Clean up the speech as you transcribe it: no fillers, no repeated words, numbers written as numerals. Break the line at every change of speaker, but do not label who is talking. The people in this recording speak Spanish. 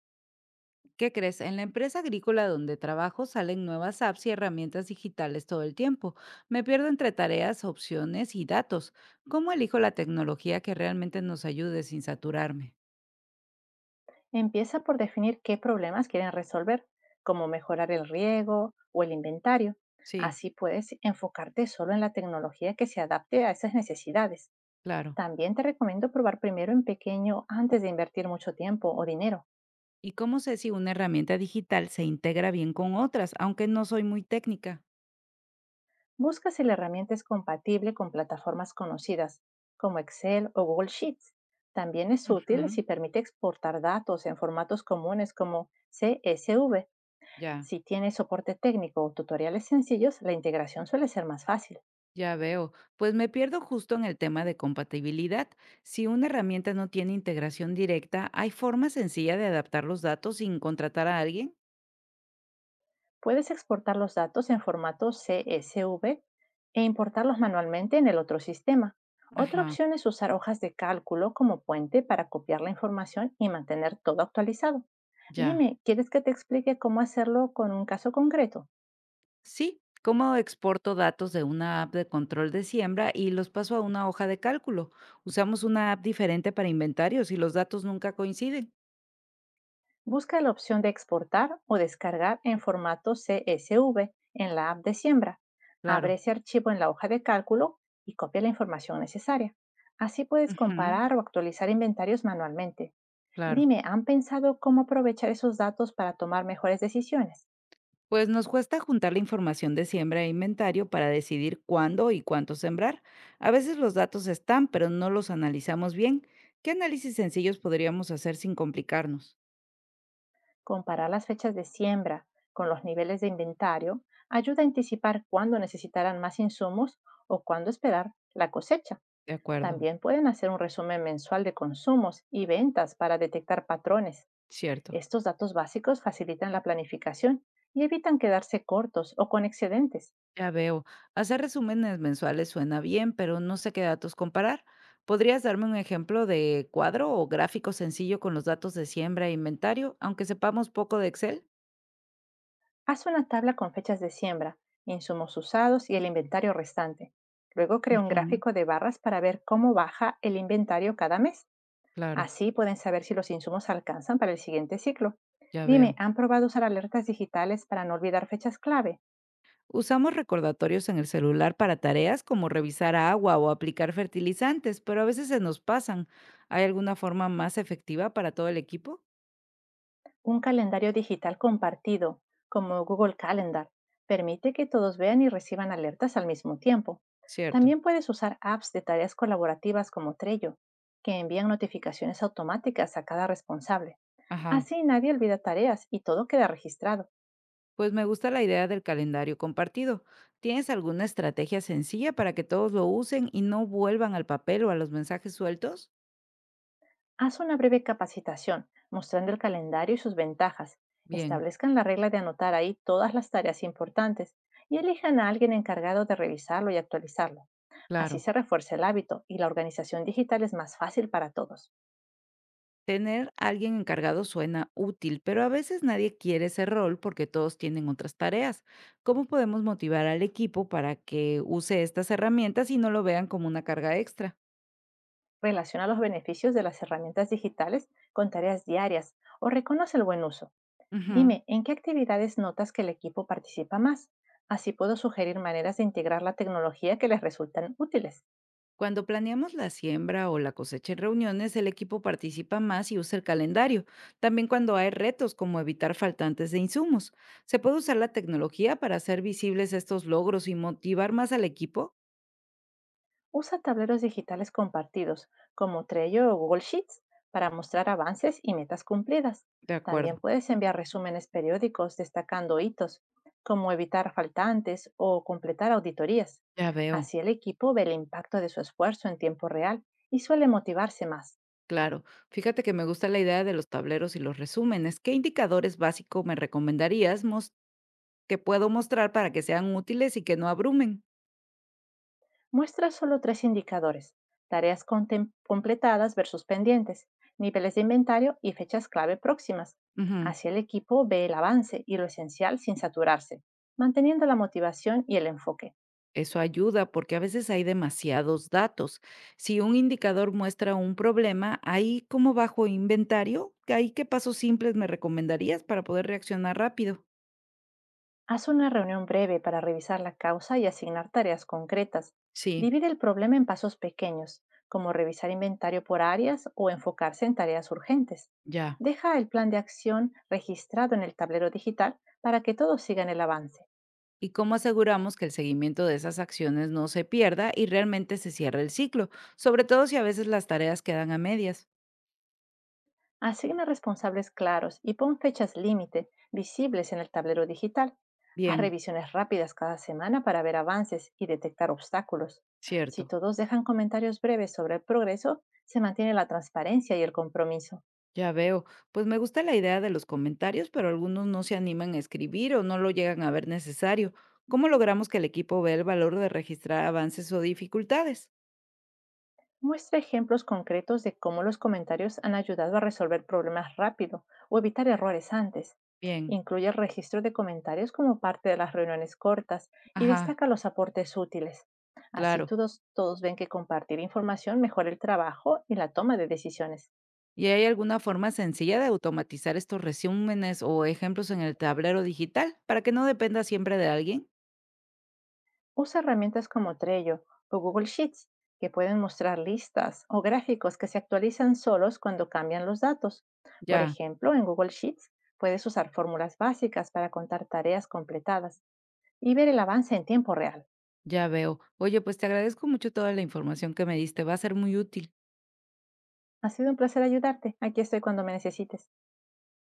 ¿Qué crees? En la empresa agrícola donde trabajo salen nuevas apps y herramientas digitales todo el tiempo. Me pierdo entre tareas, opciones y datos. ¿Cómo elijo la tecnología que realmente nos ayude sin saturarme?
Empieza por definir qué problemas quieren resolver, como mejorar el riego o el inventario.
Sí,
Así puedes enfocarte solo en la tecnología que se adapte a esas necesidades.
claro.
También te recomiendo probar primero en pequeño antes de invertir mucho tiempo o dinero.
¿Y cómo sé si una herramienta digital se integra bien con otras, aunque no soy muy técnica?
Busca si la herramienta es compatible con plataformas conocidas, como Excel o Google Sheets. También es útil
Ujú.
si permite exportar datos en formatos comunes como CSV.
Ya.
Si tienes soporte técnico o tutoriales sencillos, la integración suele ser más fácil.
Ya veo. Pues me pierdo justo en el tema de compatibilidad. Si una herramienta no tiene integración directa, ¿hay forma sencilla de adaptar los datos sin contratar a alguien?
Puedes exportar los datos en formato CSV e importarlos manualmente en el otro sistema. Otra
Ajá.
opción es usar hojas de cálculo como puente para copiar la información y mantener todo actualizado.
Ya.
Dime, ¿quieres que te explique cómo hacerlo con un caso concreto?
Sí, ¿cómo exporto datos de una app de control de siembra y los paso a una hoja de cálculo? Usamos una app diferente para inventarios y los datos nunca coinciden.
Busca la opción de exportar o descargar en formato CSV en la app de siembra. Abre
Claro.
ese archivo en la hoja de cálculo y copia la información necesaria. Así puedes
Ujú.
comparar o actualizar inventarios manualmente.
Claro.
Dime, ¿han pensado cómo aprovechar esos datos para tomar mejores decisiones?
Pues nos cuesta juntar la información de siembra e inventario para decidir cuándo y cuánto sembrar. A veces los datos están, pero no los analizamos bien. ¿Qué análisis sencillos podríamos hacer sin complicarnos?
Comparar las fechas de siembra con los niveles de inventario ayuda a anticipar cuándo necesitarán más insumos o cuándo esperar la cosecha.
De acuerdo.
También pueden hacer un resumen mensual de consumos y ventas para detectar patrones.
Cierto.
Estos datos básicos facilitan la planificación y evitan quedarse cortos o con excedentes.
Ya veo. Hacer resúmenes mensuales suena bien, pero no sé qué datos comparar. ¿Podrías darme un ejemplo de cuadro o gráfico sencillo con los datos de siembra e inventario, aunque sepamos poco de Excel?
Haz una tabla con fechas de siembra, insumos usados y el inventario restante. Luego crea un
Ujú.
gráfico de barras para ver cómo baja el inventario cada mes.
Claro,
Así pueden saber si los insumos alcanzan para el siguiente ciclo.
ya
Dime,
veo.
¿han probado usar alertas digitales para no olvidar fechas clave?
Usamos recordatorios en el celular para tareas como revisar agua o aplicar fertilizantes, pero a veces se nos pasan. ¿Hay alguna forma más efectiva para todo el equipo?
Un calendario digital compartido, como Google Calendar, permite que todos vean y reciban alertas al mismo tiempo.
Cierto.
También puedes usar apps de tareas colaborativas como Trello, que envían notificaciones automáticas a cada responsable.
Ajá.
Así nadie olvida tareas y todo queda registrado.
Pues me gusta la idea del calendario compartido. ¿Tienes alguna estrategia sencilla para que todos lo usen y no vuelvan al papel o a los mensajes sueltos?
Haz una breve capacitación mostrando el calendario y sus ventajas.
Bien,
Establezcan la regla de anotar ahí todas las tareas importantes y elijan a alguien encargado de revisarlo y actualizarlo. Así
claro.
se refuerza el hábito y la organización digital es más fácil para todos.
Tener a alguien encargado suena útil, pero a veces nadie quiere ese rol porque todos tienen otras tareas. ¿Cómo podemos motivar al equipo para que use estas herramientas y no lo vean como una carga extra?
Relaciona los beneficios de las herramientas digitales con tareas diarias o reconoce el buen uso.
Ujú.
Dime, ¿en qué actividades notas que el equipo participa más? Así puedo sugerir maneras de integrar la tecnología que les resultan útiles.
Cuando planeamos la siembra o la cosecha en reuniones, el equipo participa más y usa el calendario. También cuando hay retos como evitar faltantes de insumos. ¿Se puede usar la tecnología para hacer visibles estos logros y motivar más al equipo?
Usa tableros digitales compartidos como Trello o Google Sheets para mostrar avances y metas cumplidas.
De
También
acuerdo,
puedes enviar resúmenes periódicos destacando hitos, como evitar faltantes o completar auditorías.
ya veo.
Así el equipo ve el impacto de su esfuerzo en tiempo real y suele motivarse más.
Claro, fíjate que me gusta la idea de los tableros y los resúmenes. ¿Qué indicadores básicos me que puedo mostrar para que sean útiles y que no abrumen?
Muestra solo tres indicadores, tareas completadas versus pendientes, niveles de inventario y fechas clave próximas.
Ujú.
Así el equipo ve el avance y lo esencial sin saturarse, manteniendo la motivación y el enfoque.
Eso ayuda porque a veces hay demasiados datos. Si un indicador muestra un problema, ahí como bajo inventario, ahí qué pasos simples me recomendarías para poder reaccionar rápido.
Haz una reunión breve para revisar la causa y asignar tareas concretas.
Sí,
Divide el problema en pasos pequeños, como revisar inventario por áreas o enfocarse en tareas urgentes.
ya.
Deja el plan de acción registrado en el tablero digital para que todos sigan el avance.
¿Y cómo aseguramos que el seguimiento de esas acciones no se pierda y realmente se cierre el ciclo? Sobre todo si a veces las tareas quedan a medias.
Asigna responsables claros y pon fechas límite visibles en el tablero digital. Haz
Bien,
revisiones rápidas cada semana para ver avances y detectar obstáculos. Si
cierto.
todos dejan comentarios breves sobre el progreso, se mantiene la transparencia y el compromiso.
Ya veo. Pues me gusta la idea de los comentarios, pero algunos no se animan a escribir o no lo llegan a ver necesario. ¿Cómo logramos que el equipo vea el valor de registrar avances o dificultades?
Muestra ejemplos concretos de cómo los comentarios han ayudado a resolver problemas rápido o evitar errores antes.
Bien,
Incluye el registro de comentarios como parte de las reuniones cortas y
ajá,
destaca los aportes útiles. Así
claro.
todos ven que compartir información mejora el trabajo y la toma de decisiones.
¿Y hay alguna forma sencilla de automatizar estos resúmenes o ejemplos en el tablero digital para que no dependa siempre de alguien?
Usa herramientas como Trello o Google Sheets, que pueden mostrar listas o gráficos que se actualizan solos cuando cambian los datos. Por
Ya,
ejemplo, en Google Sheets puedes usar fórmulas básicas para contar tareas completadas y ver el avance en tiempo real.
ya veo. Oye, pues te agradezco mucho toda la información que me diste, va a ser muy útil.
Ha sido un placer ayudarte. Aquí estoy cuando me necesites.